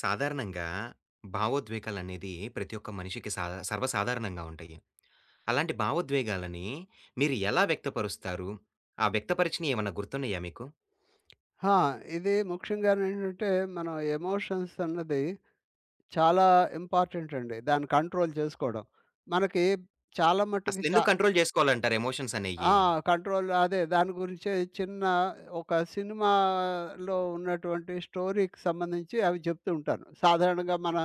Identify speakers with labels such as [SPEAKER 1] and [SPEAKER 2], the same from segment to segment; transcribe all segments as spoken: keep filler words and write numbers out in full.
[SPEAKER 1] సాధారణంగా భావోద్వేగాలనేది ప్రతి ఒక్క మనిషికి సాధా సర్వసాధారణంగా ఉంటాయి. అలాంటి భావోద్వేగాలని మీరు ఎలా వ్యక్తపరుస్తారు? ఆ వ్యక్తపరిచినయి ఏమన్నా గుర్తున్నాయా మీకు?
[SPEAKER 2] ఆ! ఇది ముఖ్యంగానేంటంటే, మనం ఎమోషన్స్ అన్నది చాలా ఇంపార్టెంట్ అండి. దాన్ని కంట్రోల్ చేసుకోవడం. మనకి చాలా మట్టుకి చా
[SPEAKER 1] అసలెందుకు కంట్రోల్ జేసుకోవాలంటారు ఎమోషన్స్ అనేయి?
[SPEAKER 2] ఆ! కంట్రోల్ అదే దాని గురించే చిన్న ఒక సినిమాలో ఉన్నటువంటి స్టోరీకి సంబంధించి అవి చెప్తూ ఉంటాను. సాధారణంగా మన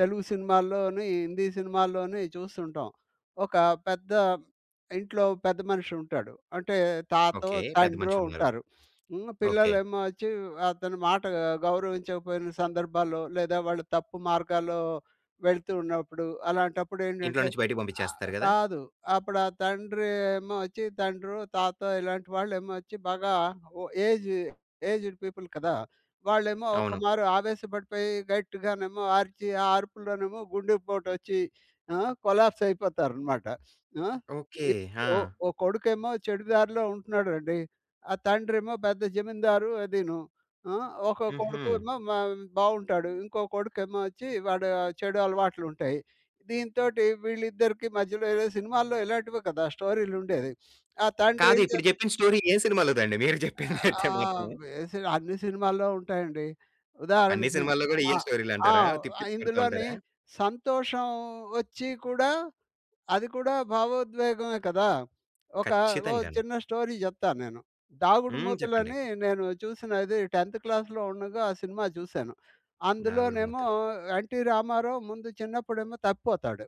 [SPEAKER 2] తెలుగు సినిమాల్లోని, హిందీ సినిమాల్లోని చూస్తుంటాం. ఒక పెద్ద ఇంట్లో పెద్ద మనిషి ఉంటాడు. అంటే తాతో,
[SPEAKER 1] ఓకే. పెద్ద
[SPEAKER 2] తండ్రో
[SPEAKER 1] మనుషులున్నారు.
[SPEAKER 2] ఉంటారు. హ్మ్.
[SPEAKER 1] ఓకే.
[SPEAKER 2] పిల్లలేమో వచ్చి అతని మాట గౌరవించకపోయిన సందర్భాల్లో లేదా వాళ్ళు తప్పు మార్గాల్లో వెళ్తూ ఉన్నప్పుడు అలాంటప్పుడు
[SPEAKER 1] ఇంట్లో
[SPEAKER 2] ఏంటంటే
[SPEAKER 1] నుంచి బయటికి
[SPEAKER 2] ఆ!
[SPEAKER 1] పంపించేస్తారు గదా!
[SPEAKER 2] కాదు. అప్పుడు ఆ తండ్రి ఏమో వచ్చి తండ్రో, తాతో ఇలాంటి వాళ్ళేమో వచ్చి బాగా ఓ ఏజ్ ఏజ్డ్ పీపుల్ కదా! వాళ్ళేమో
[SPEAKER 1] అవును.
[SPEAKER 2] ఒక్కమారు ఆవేశపడిపోయి గట్టిగానేమో అరిచి, ఆ అరుపులోనేమో గుండెపోటొచ్చి ఆ! కొలాప్స్ అయిపోతారనమాట. ఆ!
[SPEAKER 1] ఓకే.
[SPEAKER 2] ఇ
[SPEAKER 1] ఆ!
[SPEAKER 2] ఓ ఓ కొడుకేమో చెడు దారిలో ఉంటున్నాడండి. ఆ తండ్రేమో పెద్ద జమీందారు అదీను. ఆ! ఒక
[SPEAKER 1] హుహు.
[SPEAKER 2] కొడుకేమో మ బావుంటాడు. ఇంకో కొడుకేమో వచ్చి వాడు చెడు అలవాట్లుంటాయి. దీనితోటి వీళ్ళిద్దరికి మధ్యలో ఏదో సినిమాల్లో ఇలాంటివే కదా స్టోరీలు ఉండేది. ఆ తండ్రి
[SPEAKER 1] కాదు
[SPEAKER 2] ఏం
[SPEAKER 1] ఇప్పుడు
[SPEAKER 2] చేస్తా
[SPEAKER 1] జెప్పిన స్టోరీ ఏ సినిమాలోదండి మీరు
[SPEAKER 2] ఆ!
[SPEAKER 1] జెప్పిందైతే మాత్రం?
[SPEAKER 2] వేసి అన్ని సినిమాల్లో ఉంటాయండి.
[SPEAKER 1] అన్ని
[SPEAKER 2] ఉదాహరణకి
[SPEAKER 1] సినిమాల్లో గూడా
[SPEAKER 2] ఆ!
[SPEAKER 1] ఇయ్యే
[SPEAKER 2] ఆ!
[SPEAKER 1] స్టోరీలంటారా? తిప్పి తిప్పి కొడతా
[SPEAKER 2] ఇందులోని
[SPEAKER 1] ఉంటారా?
[SPEAKER 2] సంతోషం వచ్చి కూడా అది కూడా భావోద్వేగమే కదా! ఒక ఓ
[SPEAKER 1] ఖచ్చితంగాను.
[SPEAKER 2] చిన్న స్టోరీ జెప్తాను నేను. 'దాగుడు
[SPEAKER 1] హ్మ్. చెప్పండి.
[SPEAKER 2] మూతలని' నేను చూసినది టెంత్ క్లాస్‌లో ఉండగా ఆ సినిమా చూశాను.
[SPEAKER 1] 'దాగుడు
[SPEAKER 2] అందులోనేమో
[SPEAKER 1] మూతలు.'
[SPEAKER 2] 'ఎన్టీ రామారావు' ముందు చిన్నప్పుడేమో తప్పిపోతాడు.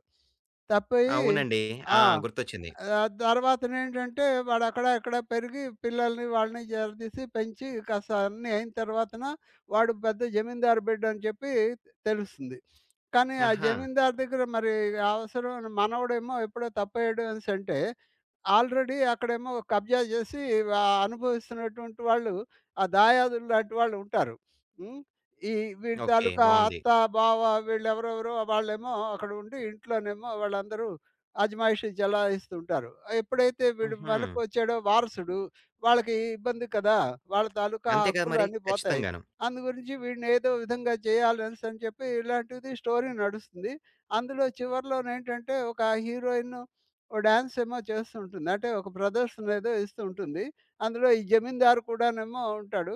[SPEAKER 2] తప్పిపోయి
[SPEAKER 1] అవునండి.
[SPEAKER 2] ఆ!
[SPEAKER 1] ఆ! గుర్తొచ్చింది.
[SPEAKER 2] ఆహ్, తర్వాతనేంటంటే వాడక్కడ, ఇక్కడ పెరిగి పిల్లల్ని వాళ్ళని జరదీసి పెంచి కాస్త అన్నీ అయిన తర్వాతన వాడు పెద్ద జమీందారు బిడ్డని చెప్పి తెలుస్తుంది. కానీ ఆ
[SPEAKER 1] ఆహా!
[SPEAKER 2] జమీందారు దగ్గర మరి అవసరం మనవడేమో ఎప్పుడో తప్పేయడు అనేసంటే, ఆల్రెడీ అక్కడేమో కబ్జా చేసి ఆహ్, అనుభవిస్తున్నటువంటి వాళ్ళు ఆ దాయాదులు లాంటి వాళ్ళు ఉంటారు. హ్మ్. ఈ వీడి
[SPEAKER 1] ఓకే.
[SPEAKER 2] తాలూకా
[SPEAKER 1] బావుంది.
[SPEAKER 2] అత్త, బావ వీళ్ళెవరెవరో వాళ్ళేమో అక్కడ ఉండి ఇంట్లోనేమో వాళ్ళందరూ అజమాయిషీ చెలాయిస్తుంటారు. ఎప్పుడైతే వీడు
[SPEAKER 1] హుహు.
[SPEAKER 2] వెనక్కి వచ్చాడో వారసుడు, వాళ్ళకి ఇబ్బంది కదా! వాళ్ళ తాలూకా
[SPEAKER 1] అంతే కదా
[SPEAKER 2] హక్కులు
[SPEAKER 1] మరి.
[SPEAKER 2] అన్నీ పోతాయి.
[SPEAKER 1] ఖచ్చితంగాను.
[SPEAKER 2] అందు గురించి వీడిని ఏదో విధంగా చేయాలనేసని చెప్పి ఇలాంటిది స్టోరీ నడుస్తుంది. అందులో చివర్లోనేంటంటే ఒక హీరోయిను ఓ డాన్స్ ఏమో చేస్తూ ఉంటుంది. అంటే ఒక ప్రదర్శన ఏదో ఇస్తూ ఉంటుంది. అందులో ఈ జమీందారు కూడానేమో ఉంటాడు.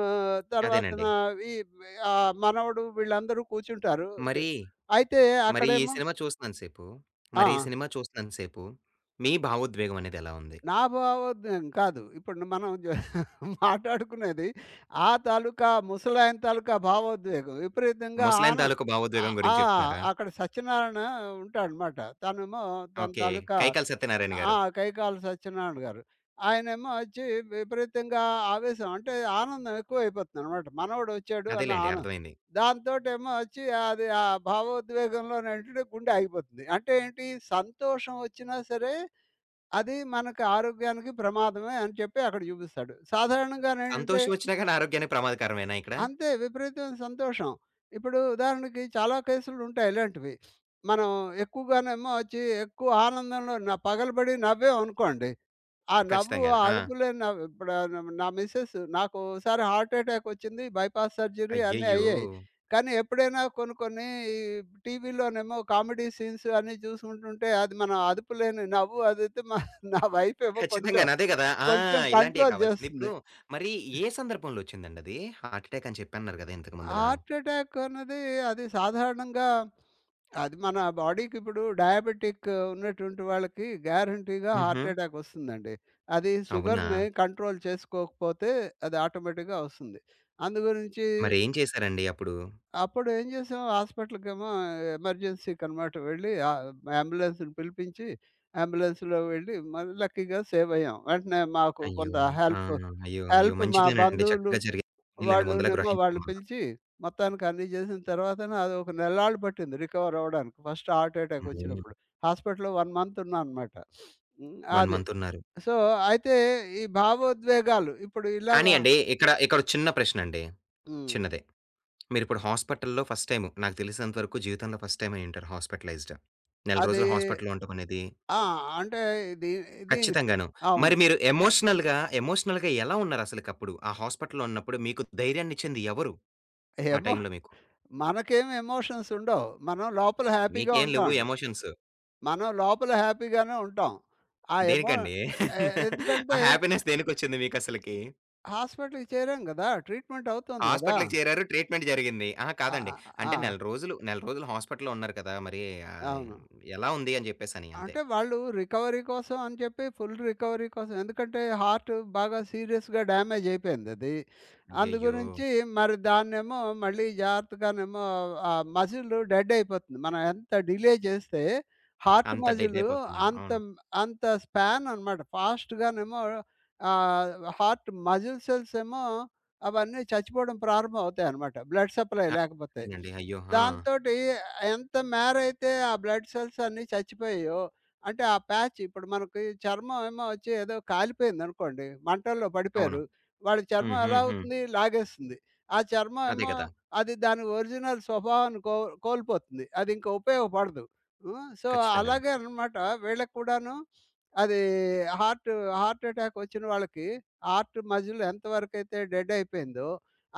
[SPEAKER 2] ఆహ్, తర్వాతన
[SPEAKER 1] అదేనండి.
[SPEAKER 2] ఈ ఆహ్, మనవడు వీళ్ళందరూ కూర్చుంటారు. ద
[SPEAKER 1] మరి,
[SPEAKER 2] అయితే
[SPEAKER 1] మరి ఈ
[SPEAKER 2] అక్కడేమో
[SPEAKER 1] సినిమా చూస్తున్నంత సేపు,
[SPEAKER 2] ఆ!
[SPEAKER 1] మరి ఈ సినిమా చూస్తున్నంత సేపు మీ భావోద్వేగం అనేది ఎలా ఉంది?
[SPEAKER 2] నా భావోద్వేగం కాదు. ఇప్పుడు మనం జ మాట్లాడుకునేది ఆ తాలూకా ముసలాయన తాలూకా భావోద్వేగం. విపరీతంగా
[SPEAKER 1] ముసలాయన
[SPEAKER 2] ఆన
[SPEAKER 1] తాలూకు
[SPEAKER 2] ఆ!
[SPEAKER 1] భావోద్వేగం
[SPEAKER 2] ఆ!
[SPEAKER 1] గురించి చెప్తున్నారా?
[SPEAKER 2] అక్కడ సత్యనారాయణ ఉంటాడనమాట. తనేమో తన
[SPEAKER 1] ఓకే.
[SPEAKER 2] తాలూకా
[SPEAKER 1] కైకాల సత్యనారాయణ
[SPEAKER 2] ఆ!
[SPEAKER 1] గారు.
[SPEAKER 2] కైకాల సత్యనారాయణ గారు. ఆయనేమో వచ్చి విపరీతంగా ఆవేశం అంటే ఆనందం ఎక్కువైపోతుందనమాట. మనవడు వచ్చాడు అన్న
[SPEAKER 1] అదేలెండి
[SPEAKER 2] ఆనందం.
[SPEAKER 1] అర్థమైంది.
[SPEAKER 2] దాంతోటేమో వచ్చి అది ఆ భావోద్వేగంలోనేంటంటే గుండె ఆగిపోతుంది. అంటే ఏంటి సంతోషం వచ్చినా సరే అది మనకి ఆరోగ్యానికి ప్రమాదమే అని చెప్పి అక్కడ చూపిస్తాడు. సాధారణంగా నేనంటే
[SPEAKER 1] సంతోషం వచ్చినా గాని ఆరోగ్యానికి ప్రమాదకరమేనా ఇక్కడ?
[SPEAKER 2] అంతే విపరీతమైన సంతోషం. ఇప్పుడు ఉదాహరణకి చాలా కేసులుంటాయి ఇలాంటివి. మనం ఎక్కువగానేమో వచ్చి ఎక్కువ ఆనందంలో న పగలబడి నవ్వామనుకోండి. ఆ నవ్వు
[SPEAKER 1] ఖచ్చితంగాను.
[SPEAKER 2] ఆ
[SPEAKER 1] ఆ!
[SPEAKER 2] అదుపు లేని నవ్వు ఇప్పుడు ఆ నా మిసెస్ నాకు ఓసారి హార్ట్ అటాక్ వచ్చింది. బైపాస్ సర్జరీ అన్నీ
[SPEAKER 1] అయ్యయ్యో!
[SPEAKER 2] అయ్యాయి. కానీ ఎప్పుడైనా కొన్ని కొన్ని ఈ టీవీలోనేమో కామెడీ సీన్స్ అన్నీ చూసుకుంటుంటే అది మనం అదుపులేని నవ్వు అదైతే మా నా వైఫ్ ఏమో కొంచెం
[SPEAKER 1] ఖచ్చితంగాను. అదే గదా! ఆ!
[SPEAKER 2] కొంచెం
[SPEAKER 1] ఇలాంటియే
[SPEAKER 2] కంట్రోల్
[SPEAKER 1] కావాల్సింది.
[SPEAKER 2] చేస్తుంది.
[SPEAKER 1] ఇప్పుడు మరి ఏ సందర్భంలో ఒచ్చిందండది? హార్ట్ అటాక్ అని చెప్పన్నారు గదా! ఇంతకు ముందుల.
[SPEAKER 2] హార్ట్ అటాక్ అన్నది అది సాధారణంగా అది మన బాడీకి ఇప్పుడు డయాబెటిక్ ఉన్నటువంటి వాళ్ళకి గ్యారంటీగా
[SPEAKER 1] హుహు.
[SPEAKER 2] హార్ట్ అటాక్ వస్తుందండి. అది
[SPEAKER 1] అవునా?
[SPEAKER 2] షుగర్‌ని కంట్రోల్ చేసుకోకపోతే అది ఆటోమేటిక్‌గా వస్తుంది. అందు గురించి
[SPEAKER 1] మరేం చేశారండి అప్పుడు?
[SPEAKER 2] అప్పుడు ఏం చేసాం హాస్పిటల్‌కేమో ఎమర్జెన్సీకి అనమాట వెళ్ళి ఆహ్, అంబులెన్స్‌ని పిలిపించి అంబులెన్స్‌లో వెళ్ళి మరి లక్కీగా సేవ్ అయ్యాం. వెంటనే మాకు
[SPEAKER 1] అయ్యో!
[SPEAKER 2] కొంత
[SPEAKER 1] ఆ!
[SPEAKER 2] హెల్ప్,
[SPEAKER 1] అయ్యో! అయ్యో!
[SPEAKER 2] హెల్ప్ మా
[SPEAKER 1] మంచిదేనండి.
[SPEAKER 2] బంధువులు
[SPEAKER 1] చక్కగా జరిగింది. పోనీలెండి ముందులా
[SPEAKER 2] వాళ్ళనేమో
[SPEAKER 1] గ్రహించడం
[SPEAKER 2] వాళ్ళు
[SPEAKER 1] వల్ల.
[SPEAKER 2] పిలిచి మొత్తానికి అన్నీ చేసిన తర్వాతన అదొక నెల్లాళ్ళు పట్టింది రికవర్ అవ్వడానికి. ఫస్ట్ హార్ట్ అటాక్
[SPEAKER 1] హ్మ్.
[SPEAKER 2] వచ్చినప్పుడు. హాస్పిటల్‌లో వన్ మంత్ ఉన్నా అనమాట. హ్మ్.
[SPEAKER 1] ఒక
[SPEAKER 2] అది.
[SPEAKER 1] మంత్ ఉన్నారు.
[SPEAKER 2] సో, అయితే ఈ భావోద్వేగాలు ఇప్పుడు ఇలాగ
[SPEAKER 1] కానీ అండి ఇక్కడ ఇక్కడ చిన్న ప్రశ్నండి.
[SPEAKER 2] హ్మ్.
[SPEAKER 1] చిన్నదే. మీరిప్పుడు హాస్పిటల్‌లో ఫస్ట్ టైమ్ నాకు తెలిసినంత వరకు జీవితంలో ఫస్ట్ టైమ్ అయ్యుంటారు హాస్పిటలైజ్డ్. నెల
[SPEAKER 2] అది
[SPEAKER 1] రోజులు హాస్పిటల్‌లో ఉండమనేది
[SPEAKER 2] ఆ! అంటే దీ దీనికి
[SPEAKER 1] ఖచ్చితంగాను.
[SPEAKER 2] అవును.
[SPEAKER 1] మరి మీరు ఎమోషనల్‌గా, ఎమోషనల్‌గా ఎలా ఉన్నారసలకప్పుడు? ఆ హాస్పిటల్‌లో ఉన్నప్పుడు మీకు ధైర్యాన్నిచ్చింది ఎవరు? ఆ
[SPEAKER 2] ఏమో
[SPEAKER 1] టైంలో మీకు?
[SPEAKER 2] మనకేమి ఎమోషన్స్ ఉండవు. మనం లోపల హ్యాపీగా
[SPEAKER 1] మీకేం లెవ్వు
[SPEAKER 2] ఉంటామండి.
[SPEAKER 1] ఎమోషన్స్.
[SPEAKER 2] మనం లోపల హ్యాపీగానే ఉంటాం. ఆ ఎమో
[SPEAKER 1] దేనికండి?
[SPEAKER 2] ఎ ఎ
[SPEAKER 1] ఆ
[SPEAKER 2] ఎందుకంటే
[SPEAKER 1] హ్యాపీనెస్ దేనికొచ్చింది మీకసలకి?
[SPEAKER 2] హాస్పిటల్‌కి చేరాం గదా! ట్రీట్మెంట్ అవుతోంది గదా!
[SPEAKER 1] హాస్పిటల్‌కి చేరారు. ట్రీట్‌మెంట్ జరిగింది. అహా!
[SPEAKER 2] ఆ!
[SPEAKER 1] కాదండి.
[SPEAKER 2] ఆ! ఆ!
[SPEAKER 1] అంటే నెల రోజులు, నెల రోజులు హాస్పిటల్‌లో ఉన్నారు కదా! మరి ఆహ్,
[SPEAKER 2] అవును.
[SPEAKER 1] ఎలా ఉంది అని జెప్పేసని అంతే.
[SPEAKER 2] అంటే వాళ్ళు రికవరీ కోసం అని చెప్పి ఫుల్ రికవరీ కోసం ఎందుకంటే హార్ట్ బాగా సీరియస్‌గా డ్యామేజ్ అయిపోయిందది.
[SPEAKER 1] అయ్యయ్యో!
[SPEAKER 2] అందుగురించి మరి దాన్నేమో మళ్ళీ జాగ్రత్తగానేమో ఆ మజిల్ డెడ్ అయిపోతుంది. మనం ఎంత డిలే చేస్తే హార్ట్
[SPEAKER 1] అంత డెడ్
[SPEAKER 2] మజిల్
[SPEAKER 1] అయిపోతుందా?
[SPEAKER 2] అంత
[SPEAKER 1] అవును.
[SPEAKER 2] అంత స్పాన్ అనమాట ఫాస్ట్‌గానేమో ఆహ్, హార్ట్ మజిల్ సెల్స్ ఏమో అవన్నీ చచ్చిపోవడం ప్రారంభం అవుతాయన్నమాట. బ్లడ్ సప్లై
[SPEAKER 1] ఆ!
[SPEAKER 2] లేకపోతే.
[SPEAKER 1] అదేనండి. అయ్యో! ఆ!
[SPEAKER 2] దాంతోటి ఎంత మేరైతే ఆ బ్లడ్ సెల్స్ అన్నీ చచ్చిపోయాయో, అంటే ఆ ప్యాచ్ ఇప్పుడు మనకి చర్మం ఏమో వచ్చి ఏదో కాలిపోయిందనుకోండి, మంటల్లో
[SPEAKER 1] అవును.
[SPEAKER 2] పడిపోయారు. వాళ్ళ
[SPEAKER 1] హ్మ్.
[SPEAKER 2] చర్మం ఎలా
[SPEAKER 1] హ్మ్. హ్మ్.
[SPEAKER 2] అవుతుంది? లాగేస్తుంది. ఆ చర్మం
[SPEAKER 1] అదే
[SPEAKER 2] ఏమో
[SPEAKER 1] గదా!
[SPEAKER 2] అది దాని ఒరిజినల్ స్వభావాన్ని కో కోల్పోతుంది. అది ఇంక ఉపయోగపడదు. హ్మ్. సో,
[SPEAKER 1] ఖచ్చితంగాను.
[SPEAKER 2] అలాగే అనమాట వీళ్ళకి కూడాను అది హార్ట్ హార్ట్ అటాక్ వచ్చిన వాళ్ళకి హార్ట్ మజిల్ ఎంతవరకైతే డెడ్ అయిపోయిందో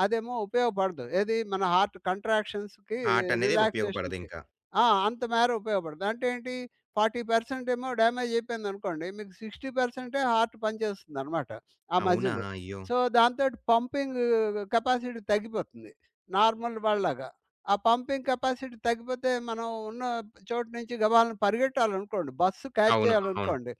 [SPEAKER 2] అదేమో ఉపయోగపడదు. ఏది మన హార్ట్ కంట్రాక్షన్స్‌కి,
[SPEAKER 1] హార్ట్ అనేది
[SPEAKER 2] రిలాక్సేషన్‌కి.
[SPEAKER 1] ఉపయోగపడదింక.
[SPEAKER 2] ఆ! అంత మేర ఉపయోగపడదు. అంటే ఏంటి నలభై శాతం ఏమో డ్యామేజ్ అయిపోయిందనుకోండి. మీకు అరవై శాతం హార్ట్ పనిచేస్తుందనమాట ఆ
[SPEAKER 1] అవునా!
[SPEAKER 2] మజిల్.
[SPEAKER 1] అయ్యో!
[SPEAKER 2] సో, దాంతోటి పంపింగ్ కెపాసిటీ తగ్గిపోతుంది. నార్మల్ వాళ్ళలాగా. ఆ పంపింగ్ కెపాసిటీ తగ్గిపోతే మనం ఉన్న చోటు నుంచి గబాల్న పరిగెట్టాలనుకోండి. బస్సు క్యాచ్
[SPEAKER 1] అవును. అవును.
[SPEAKER 2] చేయాలనుకోండి.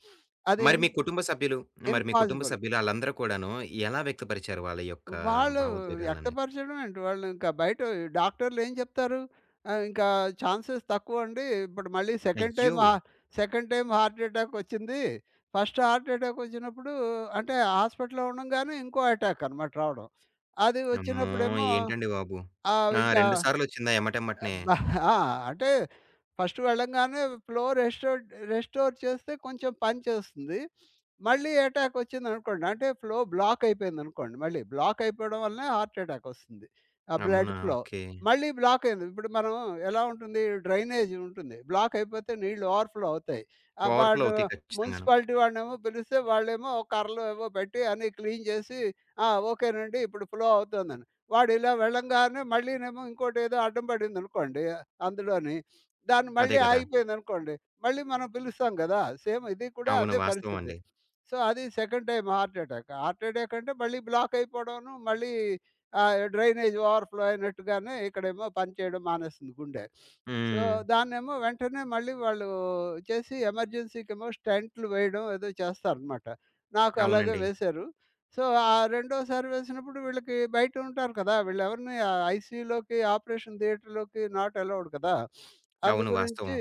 [SPEAKER 2] అది
[SPEAKER 1] మరి
[SPEAKER 2] ఇం
[SPEAKER 1] మీ కుటుంబ సభ్యులు, మరి మీ కుటుంబ
[SPEAKER 2] ఇంపాసిబుల్.
[SPEAKER 1] సభ్యులు ఆళ్ళందరూ కూడాను ఎలా వ్యక్తపరిచారు వాళ్ళ యొక్క
[SPEAKER 2] వాళ్ళు
[SPEAKER 1] భావోద్వేగాలన్నీ?
[SPEAKER 2] వ్యక్తపరచడం ఏంటి? వాళ్ళు ఇంకా బయట డాక్టర్లేం జెప్తారు? ఆహ్, ఇంకా ఛాన్సెస్ తక్కువండి. ఇప్పుడు మళ్ళీ సెకండ్ టైమ్
[SPEAKER 1] అయ్యో!
[SPEAKER 2] హా సెకండ్ టైమ్ హార్ట్ ఎటాకొచ్చింది. ఫస్ట్ హార్ట్ ఎటాకొచ్చినప్పుడు అంటే హాస్పిటల్‌లో ఉండంగానే ఇంకో ఎటాక్ అనమాట రావడం. అది
[SPEAKER 1] అమ్మో!
[SPEAKER 2] వచ్చినప్పుడేమో
[SPEAKER 1] ఏంటండి బాబు!
[SPEAKER 2] ఆహ్,
[SPEAKER 1] ఆ!
[SPEAKER 2] ఇంకా
[SPEAKER 1] రెండు సార్లొచ్చిందా ఎమ్మటెమ్మటనే?
[SPEAKER 2] అబ్బా! ఆ! అంటే ఫస్ట్ వెళ్ళంగానే ఫ్లో రెస్టోర్ రెస్టోర్ చేస్తే కొంచెం పని చేస్తుంది. మళ్ళీ అటాక్ వచ్చిందనుకోండి, అంటే ఫ్లో బ్లాక్ అయిపోయిందనుకోండి మళ్ళీ. బ్లాక్ అయిపోవడం వలనే హార్ట్ అటాక్ వస్తుంది. ఆ బ్లడ్
[SPEAKER 1] అవునా!
[SPEAKER 2] ఫ్లో.
[SPEAKER 1] ఓకే.
[SPEAKER 2] మళ్ళీ బ్లాక్ అయింది. ఇప్పుడు మనం ఎలా ఉంటుంది డ్రైనేజ్ ఉంటుంది. బ్లాక్ అయిపోతే నీళ్లు ఓవర్‌ఫ్లో అవుతాయి. ఆ!
[SPEAKER 1] ఓవర్‌ఫ్లో
[SPEAKER 2] వాడు
[SPEAKER 1] అవుతాయి ఖచ్చితంగాను.
[SPEAKER 2] మున్సిపాలిటీ వాడినేమో పిలిస్తే వాళ్ళేమో ఒక కర్రలు ఏవో పెట్టి అన్నీ క్లీన్ చేసి, "ఆ! ఓకేనండి ఇప్పుడు ఫ్లో అవుతోందని." వాడు ఇలా వెళ్ళంగానే మళ్ళీనేమో ఇంకోటేదో అడ్డం పడిందనుకోండి అందులోని. దాన్ని
[SPEAKER 1] అదే
[SPEAKER 2] మళ్ళీ
[SPEAKER 1] గదా!
[SPEAKER 2] ఆగిపోయిందనుకోండి, మళ్ళీ మనం పిలుస్తాం గదా! సేమ్ ఇది కూడా
[SPEAKER 1] అవును.
[SPEAKER 2] అదే
[SPEAKER 1] వాస్తవం
[SPEAKER 2] పరిస్థితి.
[SPEAKER 1] అండి.
[SPEAKER 2] సో, అది second time heart attack. Heart attack అంటే మళ్ళీ బ్లాక్ అయిపోవడను, మళ్ళీ ఆహ్, డ్రైనేజ్ ఓవర్‌ఫ్లో అయినట్టుగానే ఇక్కడేమో పనిచేయడం మానేస్తుంది గుండె. సో,
[SPEAKER 1] హ్మ్.
[SPEAKER 2] దాన్నేమో వెంటనే మళ్ళీ వాళ్ళు చేసి ఎమర్జెన్సీకేమో స్టంట్లు వేయడం ఏదో చేస్తారనమాట. నాకు అలాగే
[SPEAKER 1] అవునండి.
[SPEAKER 2] వేశారు. సో, ఆ రెండో సర్వేసినప్పుడు వీళ్ళకి బయట ఉంటారు కదా! వీళ్ళెవరిని ఆ ఐసీయూలోకి, ఆపరేషన్ థియేటర్‌లోకి నాట్ అలౌడ్ కదా!
[SPEAKER 1] అవును.
[SPEAKER 2] అందుగురించి
[SPEAKER 1] వాస్తవం.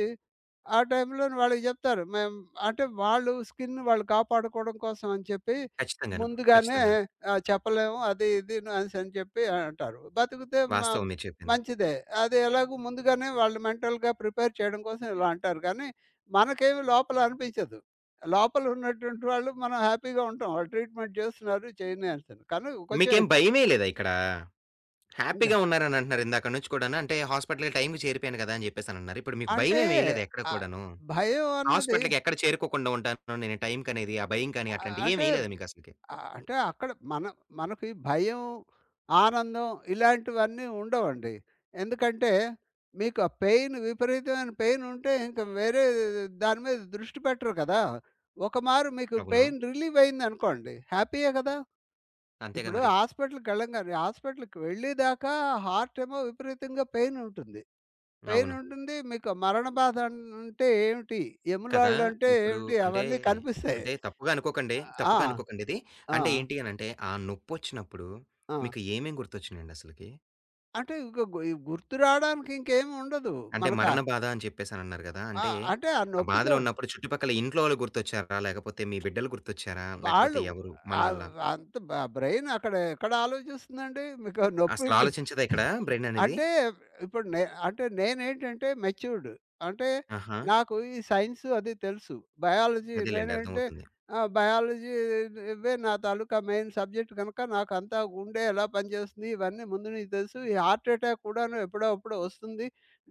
[SPEAKER 2] ఆ టైంలోని వాళ్ళకి జెప్తారు. మేము అంటే వాళ్ళు స్కిన్ వాళ్ళు కాపాడుకోవడం కోసం అని చెప్పి
[SPEAKER 1] ఖచ్చితంగాను.
[SPEAKER 2] ముందుగానే
[SPEAKER 1] ఖచ్చితంగాను.
[SPEAKER 2] ఆహ్, చెప్పలేము అది ఇది అనేసని చెప్పి అంటారు. బతికితే మ
[SPEAKER 1] వాస్తవం మీరు చెప్పింది.
[SPEAKER 2] మంచిదే. అది ఎలాగో ముందుగానే వాళ్ళు మెంటల్‌గా ప్రిపేర్ చేయడం కోసం ఇలా అంటారు. కానీ మనకేమి లోపల అనిపించదు. లోపల ఉన్నటువంటి వాళ్ళు మనం హ్యాపీగా ఉంటాం. వాళ్ళు ట్రీట్‌మెంట్ చేస్తున్నారు చేయని అంటాను. కానీ కొంచెం
[SPEAKER 1] మీకేం భయమేయలేదా ఇక్కడ?
[SPEAKER 2] ఇంగ
[SPEAKER 1] హ్యాపీగా ఉన్నారని అంటున్నారు ఇందాక నుంచి కూడాను. అంటే హాస్పిటల్‌కి టైంకి చేరిపోయాను గదా! అని జెప్పేసనన్నారు. ఇప్పుడు మీకు
[SPEAKER 2] అంటే
[SPEAKER 1] భయమేమేయలేదా ఎక్కడ
[SPEAKER 2] ఆహ్,
[SPEAKER 1] కూడాను?
[SPEAKER 2] భయం అన్నది
[SPEAKER 1] హాస్పిటల్‌కి ఎక్కడ చేరుకోకుండా ఉంటాను నేను టైంకనేది, ఆ భయం కానీ
[SPEAKER 2] ఆహ్,
[SPEAKER 1] అట్లాంటియి
[SPEAKER 2] అంటే
[SPEAKER 1] ఏమేయలేదా మీకసలకి?
[SPEAKER 2] ఆహ్, అంటే అక్కడ మన మనకి భయం, ఆనందం ఇలాంటివన్నీ ఉండవండి. ఎందుకంటే మీకు ఆ పెయిన్ విపరీతమైన పెయిన్ ఉంటే ఇంక వేరే దాని మీద దృష్టి పెట్టరు కదా! ఒకమారు మీకు
[SPEAKER 1] అవును.
[SPEAKER 2] పెయిన్ రిలీవ్ అయిందనుకోండి హ్యాపీయే కదా!
[SPEAKER 1] అంతేగా
[SPEAKER 2] ఇప్పుడు
[SPEAKER 1] మరి.
[SPEAKER 2] హాస్పిటల్‌కెళ్ళంగానే హాస్పిటల్‌కి వెళ్ళేదాకా హార్ట్ ఏమో విపరీతంగా పెయిన్ ఉంటుంది. పెయిన్
[SPEAKER 1] అవును.
[SPEAKER 2] ఉంటుంది. మీకు మరణ బాధ అంటే ఏమిటి?
[SPEAKER 1] కదా!
[SPEAKER 2] ఎములాళ్ళు అంటే
[SPEAKER 1] ఇప్పుడు
[SPEAKER 2] ఏమిటి?
[SPEAKER 1] అంటే,
[SPEAKER 2] అవన్నీ కనిపిస్తాయి.
[SPEAKER 1] అంటే తప్పుగా అనుకోకండి.
[SPEAKER 2] ఆ!
[SPEAKER 1] తప్పుగా అనుకోకండిది. అంటే
[SPEAKER 2] ఆ!
[SPEAKER 1] ఏంటి అనంటే, ఆ నొప్పొచ్చినప్పుడు
[SPEAKER 2] ఆ!
[SPEAKER 1] మీకు ఏమేం గుర్తొచ్చినియండి అసలకి?
[SPEAKER 2] అంటే ఇంక గు గుర్తు రావడానికి ఇంకేమి ఉండదు.
[SPEAKER 1] అంటే
[SPEAKER 2] మనక
[SPEAKER 1] మరణ బాధ అని చెప్పేసనన్నారు గదా!
[SPEAKER 2] ఆ! ఆ,
[SPEAKER 1] అంటే
[SPEAKER 2] అంటే ఆ
[SPEAKER 1] ఆ
[SPEAKER 2] నొప్పితో
[SPEAKER 1] బాధలో ఉన్నప్పుడు చుట్టుపక్కల ఇంట్లో వాళ్ళు గుర్తొచ్చారా? లేకపోతే మీ బిడ్డలు గుర్తొచ్చారా? లేకపోతే
[SPEAKER 2] వాళ్ళు
[SPEAKER 1] ఎవరు మన
[SPEAKER 2] ఆహ్,
[SPEAKER 1] వల్ల?
[SPEAKER 2] అంత బ బ్రెయిన్ అక్కడ ఎక్కడ ఆలోచిస్తుందండి? మీకు నొప్పి ఉంటే
[SPEAKER 1] అసలాలోచించదా ఇక్కడ బ్రెయిన్ అనేది?
[SPEAKER 2] అంటే ఇప్పుడు నే అంటే నేనేంటంటే మెచ్యూర్డ్. అంటే
[SPEAKER 1] ఆహా!
[SPEAKER 2] నాకు ఈ సైన్స్ అది తెలుసు. బయాలజీ
[SPEAKER 1] అదేలెండి
[SPEAKER 2] నేనంటే
[SPEAKER 1] అర్థమవుతుంది.
[SPEAKER 2] ఆహ్, బయాలజీ ఇవే నా తాలూకా మెయిన్ సబ్జెక్ట్ కనుక నాకంతా గుండె ఎలా పనిచేస్తుంది ఇవన్నీ ముందు నుంచి తెలుసు. ఈ హార్ట్ అటాక్ కూడాను ఎప్పుడో అప్పుడు వస్తుంది.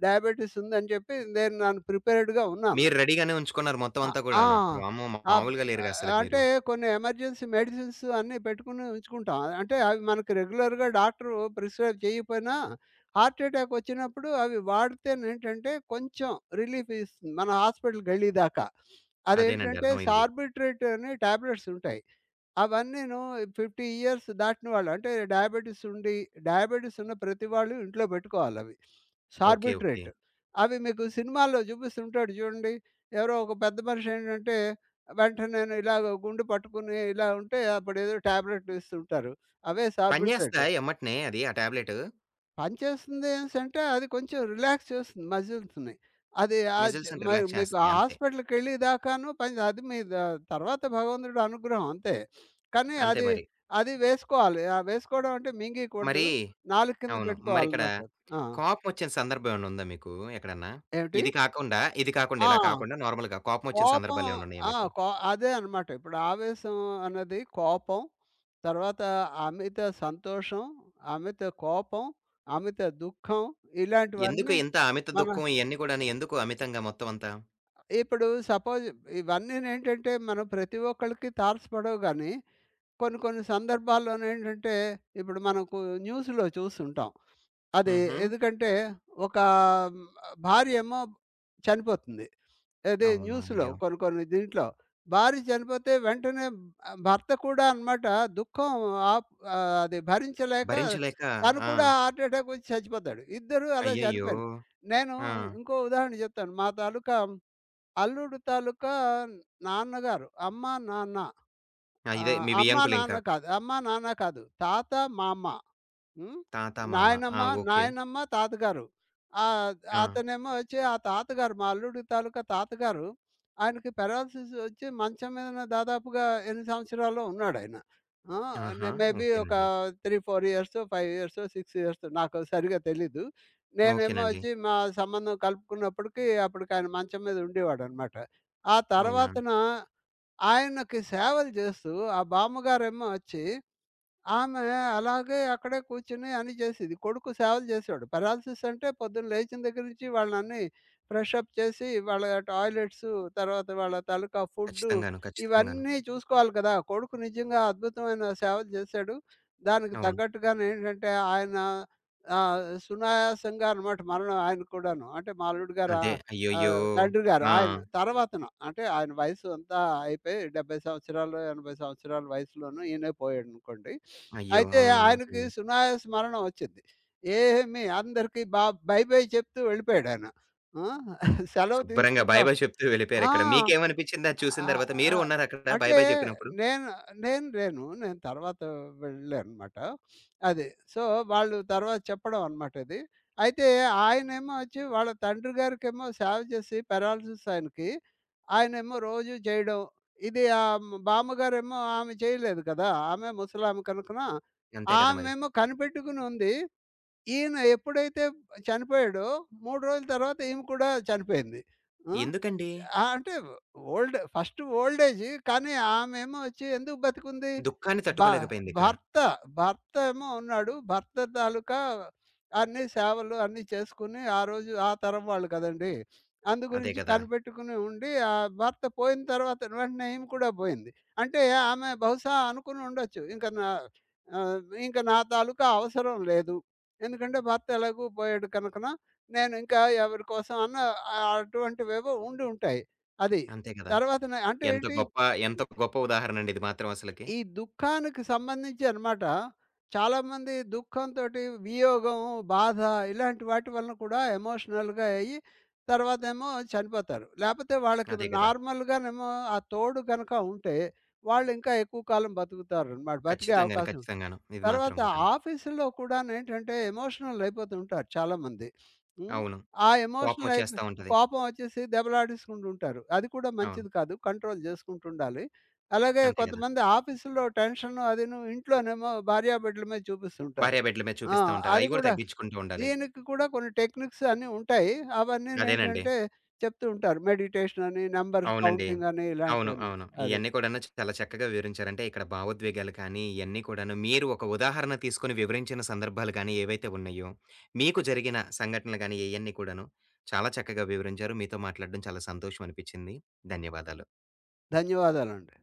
[SPEAKER 2] డయాబెటిస్ ఉందని చెప్పి నేను నన్ను ప్రిపేర్డ్‌గా ఉన్నాను.
[SPEAKER 1] మీరు రెడీగానే ఉంచుకున్నారు మొత్తం
[SPEAKER 2] అ
[SPEAKER 1] అంతా
[SPEAKER 2] ఆ!
[SPEAKER 1] కూడాను. వామ్మో!
[SPEAKER 2] అబ్
[SPEAKER 1] మామూలుగా లేరుగా అసలకి
[SPEAKER 2] అంటే
[SPEAKER 1] మీరు.
[SPEAKER 2] కొన్ని ఎమర్జెన్సీ మెడిసిన్స్ అన్నీ పెట్టుకుని ఉంచుకుంటాం. అంటే అవి మనకు రెగ్యులర్‌గా డాక్టరు ప్రిస్క్రైబ్ చేయకపోయినా హార్ట్ అటాక్ వచ్చినప్పుడు అవి వాడితేనేంటంటే కొంచెం రిలీఫ్ ఇస్తుంది. మన హాస్పిటల్‌కెళ్ళేదాకా.
[SPEAKER 1] అదేనండి
[SPEAKER 2] అదేంటంటే
[SPEAKER 1] అర్థమైంది.
[SPEAKER 2] సార్బిట్రేట్ అని టాబ్లెట్స్ ఉంటాయి. అవన్నీను యాభై ఇయర్స్ దాటిన వాళ్ళు అంటే డయాబెటిస్ ఉండి డయాబెటిస్ ఉన్న ప్రతి వాళ్ళు ఇంట్లో పెట్టుకోవాలవి.
[SPEAKER 1] ఓకే. ఓకే.
[SPEAKER 2] సార్బిట్రేట్ అవి మీకు సినిమాల్లో చూపిస్తుంటాడు చూడండి. ఎవరో ఒక పెద్ద మనిషి ఏంటంటే వెంటనేను ఇలాగ గుండు పట్టుకుని ఇలా ఉంటే అప్పుడేదో టాబ్లెట్ ఇస్తుంటారు. అవే
[SPEAKER 1] పని
[SPEAKER 2] సార్బిట్రేట్.
[SPEAKER 1] చేస్తదా ఎమ్మటనే అది ఆ టాబ్లెటు?
[SPEAKER 2] పనిచేస్తుంది అనేసంటే అది కొంచెం రిలాక్స్ చేస్తుంది మజిల్స్‌ని. అది ఆహ్, చ్
[SPEAKER 1] మజిల్స్‌ని
[SPEAKER 2] మరి
[SPEAKER 1] రిలాక్స్
[SPEAKER 2] మీకు ఆ
[SPEAKER 1] చేస్తది అంతే.
[SPEAKER 2] హాస్పిటల్‌కెళ్ళి దాకాను పని అది మీ ద తర్వాత భగవంతుడి అనుగ్రహం అంతే. కానీ
[SPEAKER 1] అంతే
[SPEAKER 2] అది,
[SPEAKER 1] మరి.
[SPEAKER 2] అది వేసుకోవాలి. ఆ! వేసుకోవడం అంటే మింగీయకూడదు.
[SPEAKER 1] మరి
[SPEAKER 2] నాలుక కింద
[SPEAKER 1] అవును. మరిక్కడ
[SPEAKER 2] పెట్టుకోవాలన్నమాట. ఆ!
[SPEAKER 1] కోపమొచ్చిన సందర్భం ఏమన్నా ఉందా మీకు ఎక్కడన్నా?
[SPEAKER 2] ఏమిటి?
[SPEAKER 1] ఇది కాకుండా, ఇది కాకుండా
[SPEAKER 2] ఆ!
[SPEAKER 1] ఇలా కాకుండా నార్మల్‌గా కోపమొచ్చిన
[SPEAKER 2] కోపం
[SPEAKER 1] సందర్భాలేమన్నా ఉన్నాయా
[SPEAKER 2] ఆ!
[SPEAKER 1] మీకు?
[SPEAKER 2] కో అదే అన్నమాట. ఇప్పుడు ఆవేశం అన్నది కోపం, తర్వాత అమిత సంతోషం, అమిత కోపం, అమిత దుఃఖం
[SPEAKER 1] ఎందుకు
[SPEAKER 2] ఇలాంటివన్నీ
[SPEAKER 1] ఇంత అమిత
[SPEAKER 2] మన
[SPEAKER 1] దుఃఖం ఇయన్నీ కూడాను ఎందుకు అమితంగా మొత్తం అంతా?
[SPEAKER 2] ఇప్పుడు సపోజ్ ఇవన్నీనేంటంటే మనం ప్రతి ఒక్కళ్ళకి తారసపడవు గానీ, కొన్ని కొన్ని సందర్భాల్లోనేంటంటే, ఇప్పుడు మనకు న్యూస్‌లో చూస్తుంటాం. అది
[SPEAKER 1] హుహు.
[SPEAKER 2] ఎందుకంటే, ఒక హ్మ్, భార్యేమో చనిపోతుంది. అది
[SPEAKER 1] అవునా!
[SPEAKER 2] న్యూస్‌లో
[SPEAKER 1] అయ్యో!
[SPEAKER 2] కొన్ని కొన్ని దీంట్లో. భార్య చనిపోతే వెంటనే ఆహ్, భర్త కూడా అనమాట దుఃఖం ఆప్ ఆహ్, అది భరించలేక
[SPEAKER 1] భరించలేక
[SPEAKER 2] తను
[SPEAKER 1] ఆ!
[SPEAKER 2] కూడా హార్ట్ అటాక్ వచ్చి చచ్చిపోతాడు. ఇద్దరూ అలా
[SPEAKER 1] అయ్యయ్యో!
[SPEAKER 2] చనిపోయారు. నేను
[SPEAKER 1] ఆ!
[SPEAKER 2] ఇంకో ఉదాహరణ చెప్తాను. మా తాలూకా అల్లుడు తాలూకా నాన్నగారు. అమ్మ, నాన్న.
[SPEAKER 1] ఆ! ఇదే
[SPEAKER 2] ఆహ్,
[SPEAKER 1] మీ
[SPEAKER 2] అమ్మ, నాన్న
[SPEAKER 1] వియంకులింకా.
[SPEAKER 2] కాదు. అమ్మ, నాన్న కాదు. తాత, మామ. హ్మ్.
[SPEAKER 1] తాత, మామ.
[SPEAKER 2] నాయనమ్మ,
[SPEAKER 1] ఆ! ఓకే.
[SPEAKER 2] నాయనమ్మ, తాతగారు. ఆహ్,
[SPEAKER 1] ఆ!
[SPEAKER 2] అతనేమో వచ్చి ఆ తాతగారు మా అల్లుడి తాలూకా తాతగారు ఆయనకి పారాలిసిస్ వచ్చి మంచం మీదనే దాదాపుగా ఎన్ని సంవత్సరాలో ఉన్నాడాయన. ఆ! నే
[SPEAKER 1] ఆహా!
[SPEAKER 2] మేబీ ఒక
[SPEAKER 1] ఓకేనండి.
[SPEAKER 2] మూడు, నాలుగు ఇయర్సో, ఐదు ఇయర్సో, ఆరు ఇయర్సో నాకు సరిగ్గా తెలీదు. నేనేమో
[SPEAKER 1] ఓకేనండి.
[SPEAKER 2] వచ్చి మా సంబంధం కలుపుకున్నప్పటికి అప్పటికాయన మంచం మీద ఉండేవాడనమాట. ఆ
[SPEAKER 1] అవునా?
[SPEAKER 2] తర్వాతన ఆయనకి సేవలు చేస్తూ ఆ బామ్మగారేమో వచ్చి ఆమె అలాగే అక్కడే కూర్చొని అన్నీ చేసేది. కొడుకు సేవలు చేసేవాడు. పెరాలిసిస్ అంటే పొద్దున్న లేచిన దగ్గర నుంచి వాళ్ళనన్నీ ఫ్రెష్ అప్ చేసి, వాళ్ళ టాయిలెట్సు, తర్వాత వాళ్ళ తాలూకా ఫుడ్డు,
[SPEAKER 1] ఖచ్చితంగాను. ఖచ్చితంగాను.
[SPEAKER 2] ఇవన్నీ చూసుకోవాలి కదా! కొడుకు నిజంగా అద్భుతమైన సేవలు చేశాడు. దానికి
[SPEAKER 1] అవును.
[SPEAKER 2] తగ్గట్టుగానేంటంటే ఆయన ఆహ్, సునాయాసంగా అనమాట మరణం ఆయనకి కూడాను. అంటే మా అల్లుడు గారు ఆ!
[SPEAKER 1] అదే. అయ్యయ్యో!
[SPEAKER 2] ఆహ్, తండ్రి గారు.
[SPEAKER 1] ఆ!
[SPEAKER 2] ఆయన తర్వాతన అంటే ఆయన వయసు అంతా అయిపోయి డెబ్బై సంవత్సరాలు, ఎనభై సంవత్సరాల వయసులోనూ ఈయనే పోయాడనుకోండి.
[SPEAKER 1] అయ్యో!
[SPEAKER 2] అయితే
[SPEAKER 1] అవునా?
[SPEAKER 2] ఆయనకి
[SPEAKER 1] అయ్యో!
[SPEAKER 2] సునాయాస మరణం వచ్చింది. ఏమి అందరికి బా బై బై చెప్తూ వెళ్ళిపోయాడాయన. ఆ! సెలవు
[SPEAKER 1] శుభ్రంగా బాయ్
[SPEAKER 2] తీసుకుంటాం
[SPEAKER 1] బాయ్ చెప్తూ
[SPEAKER 2] ఆ!
[SPEAKER 1] వెళ్ళిపోయారిక్కడ. మీకేమనిపిచ్చింది అది
[SPEAKER 2] ఆ!
[SPEAKER 1] చూసిన తర్వాత?
[SPEAKER 2] ఆ!
[SPEAKER 1] మీరు ఉన్నారక్కడ బాయ్
[SPEAKER 2] అంటే
[SPEAKER 1] బాయ్ చెప్పినప్పుడు?
[SPEAKER 2] నేను నేను లేను. నేను తర్వాత వెళ్ళాననమాట. అది. సో, వాళ్ళు తర్వాత చెప్పడం అనమాట ఇది. అయితే ఆయనేమో వచ్చి వాళ్ళ తండ్రి గారికేమో సేవ చేసి పారాలిసిస్ ఆయనకి. ఆయనేమో రోజు చేయడం. ఇది ఆహ్, హ్మ్, బామ్మగారేమో ఆమె చేయలేదు కదా! ఆమె ముసలామె కనుకన
[SPEAKER 1] అంతే కదా మరి.
[SPEAKER 2] ఆమెమో కనిపెట్టుకుని ఉంది. ఈయన ఎప్పుడైతే చనిపోయాడో మూడు రోజుల తర్వాత ఈమె కూడా చనిపోయింది. ఆ!
[SPEAKER 1] ఎందుకండి?
[SPEAKER 2] ఆ! అంటే ఓల్డ్ ఫస్ట్ ఓల్డ్ ఏజ్ కానీ ఆమేమో వచ్చి ఎందుకు బతికుంది?
[SPEAKER 1] దుఃఖాన్ని
[SPEAKER 2] భ
[SPEAKER 1] తట్టుకోలేకపోయిందిక్కడ.
[SPEAKER 2] భర్త భర్త ఏమో ఉన్నాడు. భర్త తాలూకా అన్ని సేవలు అన్నీ చేసుకొని ఆ రోజు ఆ తరం వాళ్ళు కదండీ. అందు
[SPEAKER 1] అదే
[SPEAKER 2] గురించి
[SPEAKER 1] కదా!
[SPEAKER 2] కనిపెట్టుకుని ఉండి ఆ భర్త పోయిన తర్వాత వెంటనే ఈమె కూడా పోయింది. అంటే ఆమె బహుశా అనుకుని ఉండొచ్చు. ఇంక నా ఆహ్, ఇంక నా తాలూకా అవసరం లేదు. ఎందుకంటే భర్త ఎలాగూ పోయాడు కనుకన నేను ఇంకా ఎవరి కోసం అన్న ఆ- అటువంటివేవో ఉండి ఉంటాయి. అది.
[SPEAKER 1] అంతే కదా!
[SPEAKER 2] తర్వాతన అంటే
[SPEAKER 1] ఎంత
[SPEAKER 2] ఏంటి?
[SPEAKER 1] గొప్ప
[SPEAKER 2] ఈ
[SPEAKER 1] ఎంత గొప్ప ఉదాహరణండి ఇది మాత్రం అసలకి.
[SPEAKER 2] ఈ దుఃఖానికి సంబంధించి అనమాట. చాలామంది దుఃఖంతోటి వియోగం, బాధ ఇలాంటి వాటి వలన కూడా ఎమోషనల్‌గా అయ్యి తర్వాతేమో చనిపోతారు. లేపోతే వాళ్ళకి
[SPEAKER 1] అదే కదా!
[SPEAKER 2] నార్మల్‌గానేమో ఆ తోడు గనక ఉంటే, వాళ్ళు ఇంకా ఎక్కువ కాలం బతుకుతారనమాట. బతికే
[SPEAKER 1] ఖచ్చితంగాను.
[SPEAKER 2] అవకాశం
[SPEAKER 1] ఖచ్చితంగాను. ఇది
[SPEAKER 2] తర్వాత
[SPEAKER 1] మాత్రం గూడాను.
[SPEAKER 2] ఆఫీసులో కూడానేంటంటే ఎమోషనల్ అయిపోతుంటారు చాలామంది. హ్మ్.
[SPEAKER 1] అవును.
[SPEAKER 2] ఆ ఎమోషనల్ అయిపో
[SPEAKER 1] కోపమొచ్చేస్తా ఉంటది.
[SPEAKER 2] కోపం వచ్చేసి దెబ్బలాడేసుకుంటుంటారు. అది కూడా
[SPEAKER 1] అవును.
[SPEAKER 2] మంచిది కాదు. కంట్రోల్ చేసుకుంటుండాలి. అలాగే
[SPEAKER 1] అంతే గదా!
[SPEAKER 2] కొంతమంది ఆఫీసులో టెన్షన్ అదీను ఇంట్లోనేమో భార్య బిడ్డల మీద చూపిస్తుంటారు.
[SPEAKER 1] భార్యాబిడ్డల మీద
[SPEAKER 2] ఆ!
[SPEAKER 1] చూపిస్తా ఉంటారు.
[SPEAKER 2] అది
[SPEAKER 1] అయి గూడా
[SPEAKER 2] కూడా
[SPEAKER 1] తగ్గించుకుంటూ ఉండాలి.
[SPEAKER 2] దీనికి కూడా కొన్ని టెక్నిక్స్ అన్నీ ఉంటాయి.
[SPEAKER 1] అదేనండి.
[SPEAKER 2] అవన్నీనేంటంటే చెప్తూ ఉంటారు. మెడిటేషన్ అని, నంబర్స్
[SPEAKER 1] అవునండి.
[SPEAKER 2] కౌంటింగ్ అని
[SPEAKER 1] అవును.
[SPEAKER 2] ఇలాంటివన్నీ.
[SPEAKER 1] అవును.
[SPEAKER 2] అది.
[SPEAKER 1] ఇయన్నీ కూడాను చాలా చక్కగా వివరించారు. అంటే ఇక్కడ భావోద్వేగాలు కానీ, ఇయన్నీ కూడాను మీరు ఒక ఉదాహరణ తీసుకొని వివరించిన సందర్భాలు గానీ, ఏవైతే ఉన్నాయో, మీకు జరిగిన సంఘటనలు గానీ, ఇయన్నీ కూడాను చాలా చక్కగా వివరించారు. మీతో మాట్లాడడం చాలా సంతోషం అనిపిచ్చింది. ధన్యవాదాలు.
[SPEAKER 2] ధన్యవాదాలండి.